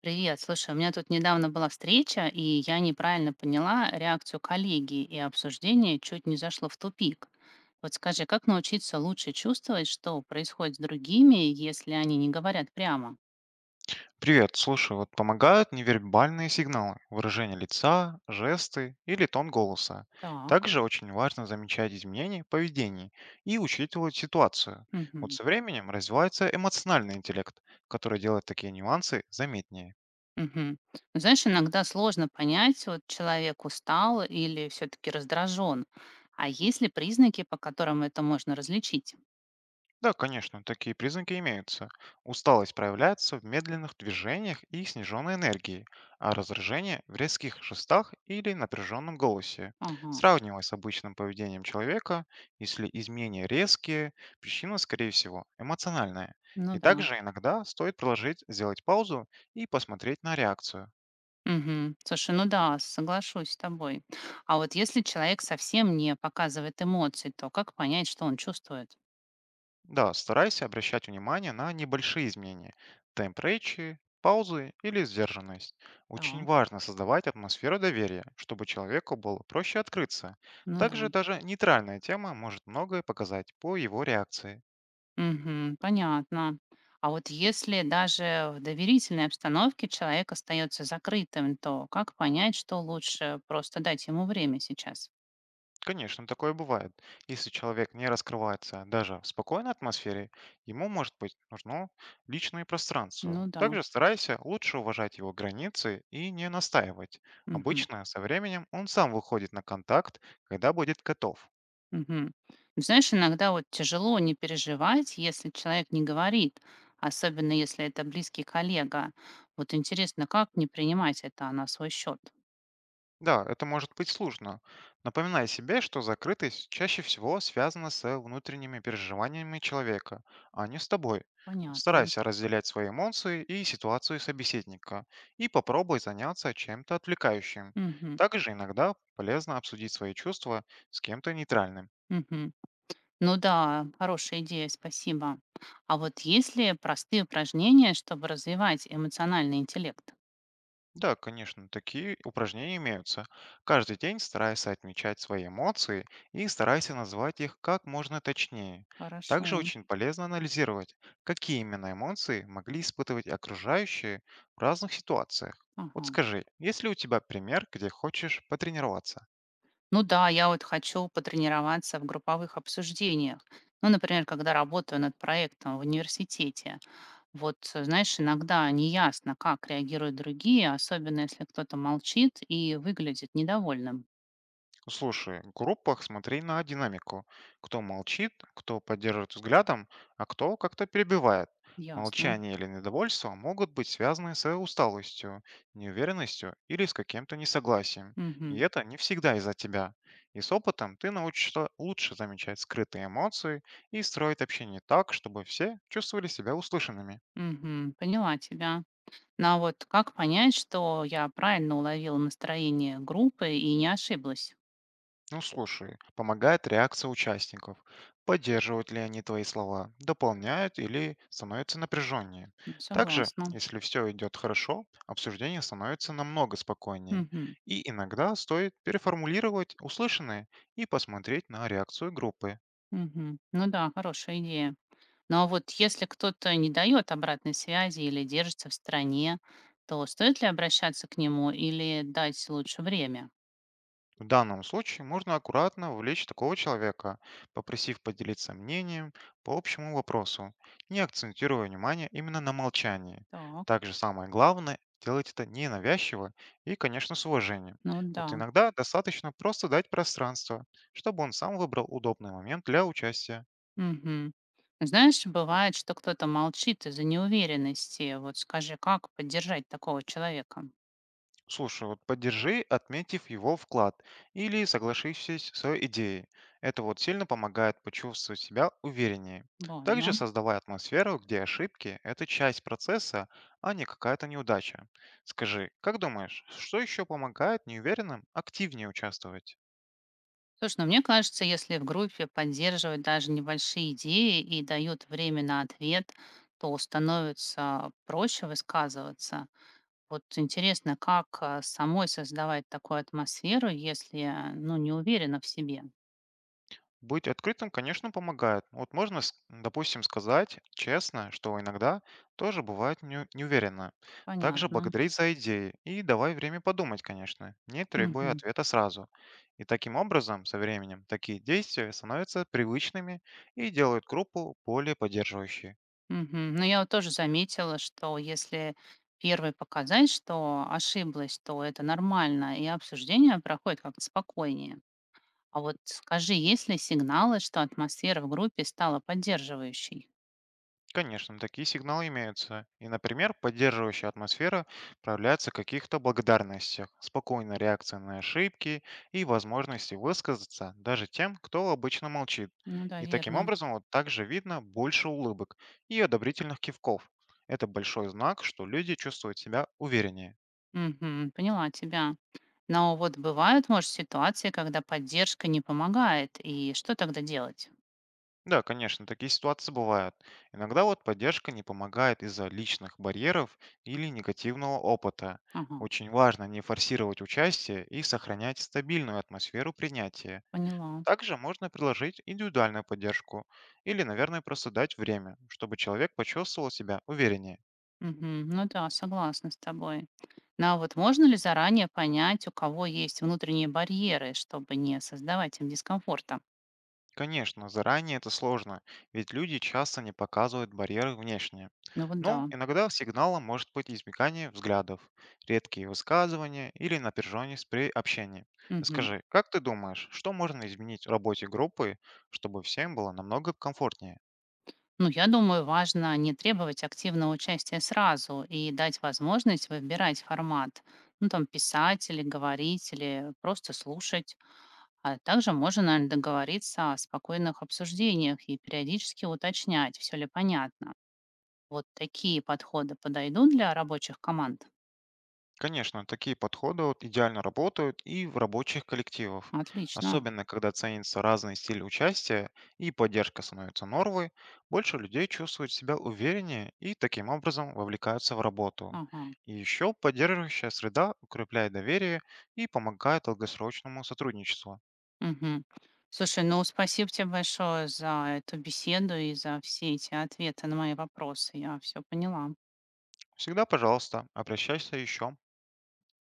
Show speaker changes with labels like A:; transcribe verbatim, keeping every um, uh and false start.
A: Привет, слушай, у меня тут недавно была встреча, и я неправильно поняла реакцию коллеги, и обсуждение чуть не зашло в тупик. Вот скажи, как научиться лучше чувствовать, что происходит с другими, если они не говорят прямо?
B: Привет, слушай, вот помогают невербальные сигналы, выражение лица, жесты или тон голоса.
A: Так.
B: Также очень важно замечать изменения в поведении и учитывать ситуацию. Вот
A: Мгм.
B: со временем развивается эмоциональный интеллект, который делает такие нюансы заметнее.
A: Мгм. Ну, знаешь, иногда сложно понять, вот человек устал или все-таки раздражен. А есть ли признаки, по которым это можно различить?
B: Да, конечно, такие признаки имеются. Усталость проявляется в медленных движениях и сниженной энергии, а раздражение в резких жестах или напряженном голосе.
A: Ага,
B: Сравнивая с обычным поведением человека, если изменения резкие, причина, скорее всего, эмоциональная.
A: ну
B: И
A: да.
B: также иногда стоит предложить сделать паузу и посмотреть на реакцию.
A: Мгм. Слушай, ну да, соглашусь с тобой. А вот если человек совсем не показывает эмоций, то как понять, что он чувствует?
B: Да, старайся обращать внимание на небольшие изменения. Темп речи, паузы или сдержанность. Очень
A: Так,
B: важно создавать атмосферу доверия, чтобы человеку было проще открыться.
A: ну да.
B: Также даже нейтральная тема может многое показать по его реакции.
A: Мгм. Понятно. А вот если даже в доверительной обстановке человек остается закрытым, то как понять, что лучше просто дать ему время сейчас?
B: Конечно, такое бывает. Если человек не раскрывается даже в спокойной атмосфере, ему может быть нужно личное пространство.
A: Ну да.
B: Также старайся лучше уважать его границы и не настаивать.
A: Мгм.
B: Обычно со временем он сам выходит на контакт, когда будет готов.
A: Мгм. Ну, знаешь, иногда вот тяжело не переживать, если человек не говорит, особенно если это близкий коллега. Вот интересно, как не принимать это на свой счет?
B: Да, это может быть сложно. Напоминай себе, что закрытость чаще всего связана с э, внутренними переживаниями человека, а не с тобой. Вот
A: Понятно.
B: старайся разделять свои эмоции и ситуацию собеседника и попробуй заняться чем-то отвлекающим.
A: Мгм.
B: Также иногда полезно обсудить свои чувства с кем-то нейтральным.
A: Мгм. Ну да, хорошая идея, спасибо. А вот есть ли простые упражнения, чтобы развивать эмоциональный интеллект?
B: Да, конечно, такие упражнения имеются. Каждый день старайся отмечать свои эмоции и старайся назвать их как можно точнее.
A: Хорошо.
B: Также очень полезно анализировать, какие именно эмоции могли испытывать окружающие в разных ситуациях. Вот
A: Ага.
B: скажи, есть ли у тебя пример, где хочешь потренироваться?
A: Ну да, я вот хочу потренироваться в групповых обсуждениях. Ну, например, когда работаю над проектом в университете. Вот, э, знаешь, иногда неясно, как реагируют другие, особенно если кто-то молчит и выглядит недовольным.
B: Слушай, в группах смотри на динамику. Кто молчит, кто поддерживает взглядом, а кто как-то перебивает.
A: Ясно.
B: Молчание или недовольство могут быть связаны с усталостью, неуверенностью или с каким-то несогласием. И
A: Мгм.
B: это не всегда из-за тебя. И с опытом ты научишься лучше замечать скрытые эмоции и строить общение так, чтобы все чувствовали себя услышанными.
A: Мгм. Поняла тебя. Ну а вот как понять, что я правильно уловила настроение группы и не ошиблась?
B: Ну слушай, помогает реакция участников. Поддерживают ли они твои слова, дополняют или становятся напряженнее.
A: Ну,
B: Также,
A: согласна.
B: если все идет хорошо, обсуждение становится намного спокойнее.
A: Мгм.
B: И иногда стоит переформулировать услышанное и посмотреть на реакцию группы.
A: Мгм. Ну да, хорошая идея. Но вот если кто-то не дает обратной связи или держится в стороне, то стоит ли обращаться к нему или дать лучше время?
B: В данном случае можно аккуратно вовлечь такого человека, попросив поделиться мнением по общему вопросу, не акцентируя внимание именно на молчании.
A: Так,
B: Также самое главное– делать это ненавязчиво и, конечно, с уважением.
A: ну да.
B: Вот иногда достаточно просто дать пространство, чтобы он сам выбрал удобный момент для участия.
A: Мгм. Знаешь, бывает, что кто-то молчит из-за неуверенности. Вот скажи, как поддержать такого человека?
B: Слушай, вот поддержи, отметив его вклад или соглашившись с идеей. Это вот сильно помогает почувствовать себя увереннее. Также
A: Ладно.
B: создавай атмосферу, где ошибки– это часть процесса, а не какая-то неудача. Скажи, как думаешь, что еще помогает неуверенным активнее участвовать?
A: Слушай, ну мне кажется, если в группе поддерживают даже небольшие идеи и дают время на ответ, то становится проще высказываться. Вот интересно, как а, самой создавать такую атмосферу, если а, ну, не уверена в себе.
B: Быть открытым, конечно, помогает. Вот можно, с- допустим, сказать честно, что иногда тоже бывает неу- неуверенно. Также
A: Понятно.
B: благодарить за идеи и давай время подумать, конечно, не требуя
A: Мгм.
B: ответа сразу. И таким образом, со временем, такие действия становятся привычными и делают группу более поддерживающей.
A: Мгм. Ну, я вот тоже заметила, что если первой показать, что ошиблась, то это нормально, и обсуждение проходит как-то спокойнее. А вот скажи, есть ли сигналы, что атмосфера в группе стала поддерживающей?
B: Конечно, такие сигналы имеются. И, например, поддерживающая атмосфера проявляется в каких-то благодарностях, спокойной реакции на ошибки и возможности высказаться даже тем, кто обычно молчит.
A: Ну да,
B: И таким
A: верно.
B: образом вот также видно больше улыбок и одобрительных кивков. Это большой знак, что люди чувствуют себя увереннее.
A: Мгм. Поняла тебя. Но вот бывают, может, ситуации, когда поддержка не помогает, и что тогда делать?
B: Да, конечно, такие ситуации бывают. Иногда вот поддержка не помогает из-за личных барьеров или негативного опыта.
A: Ага,
B: Очень важно не форсировать участие и сохранять стабильную атмосферу принятия.
A: поняла.
B: Также можно предложить индивидуальную поддержку или, наверное, просто дать время, чтобы человек почувствовал себя увереннее.
A: Мгм. Ну да, согласна с тобой. Ну а вот можно ли заранее понять, у кого есть внутренние барьеры, чтобы не создавать им дискомфорта?
B: Конечно, заранее это сложно, ведь люди часто не показывают барьеры внешне.
A: Ну вот да.
B: Но иногда сигналом может быть избегание взглядов, редкие высказывания или напряженность при общении.
A: Мгм.
B: Скажи, как ты думаешь, что можно изменить в работе группы, чтобы всем было намного комфортнее?
A: Ну, я думаю, важно не требовать активного участия сразу и дать возможность выбирать формат. Ну, там, писать или говорить, или просто слушать. А также можно, наверное, договориться о спокойных обсуждениях и периодически уточнять, все ли понятно. Вот такие подходы подойдут для рабочих команд?
B: Конечно, такие подходы вот идеально работают и в рабочих коллективах,
A: Отлично.
B: особенно когда ценится разный стиль участия и поддержка становится нормой, больше людей чувствуют себя увереннее и таким образом вовлекаются в работу.
A: Ага.
B: И еще поддерживающая среда укрепляет доверие и помогает долгосрочному сотрудничеству.
A: Мгм. Слушай, ну спасибо тебе большое за эту беседу и за все эти ответы на мои вопросы. Я все поняла.
B: Всегда, пожалуйста, обращайся еще.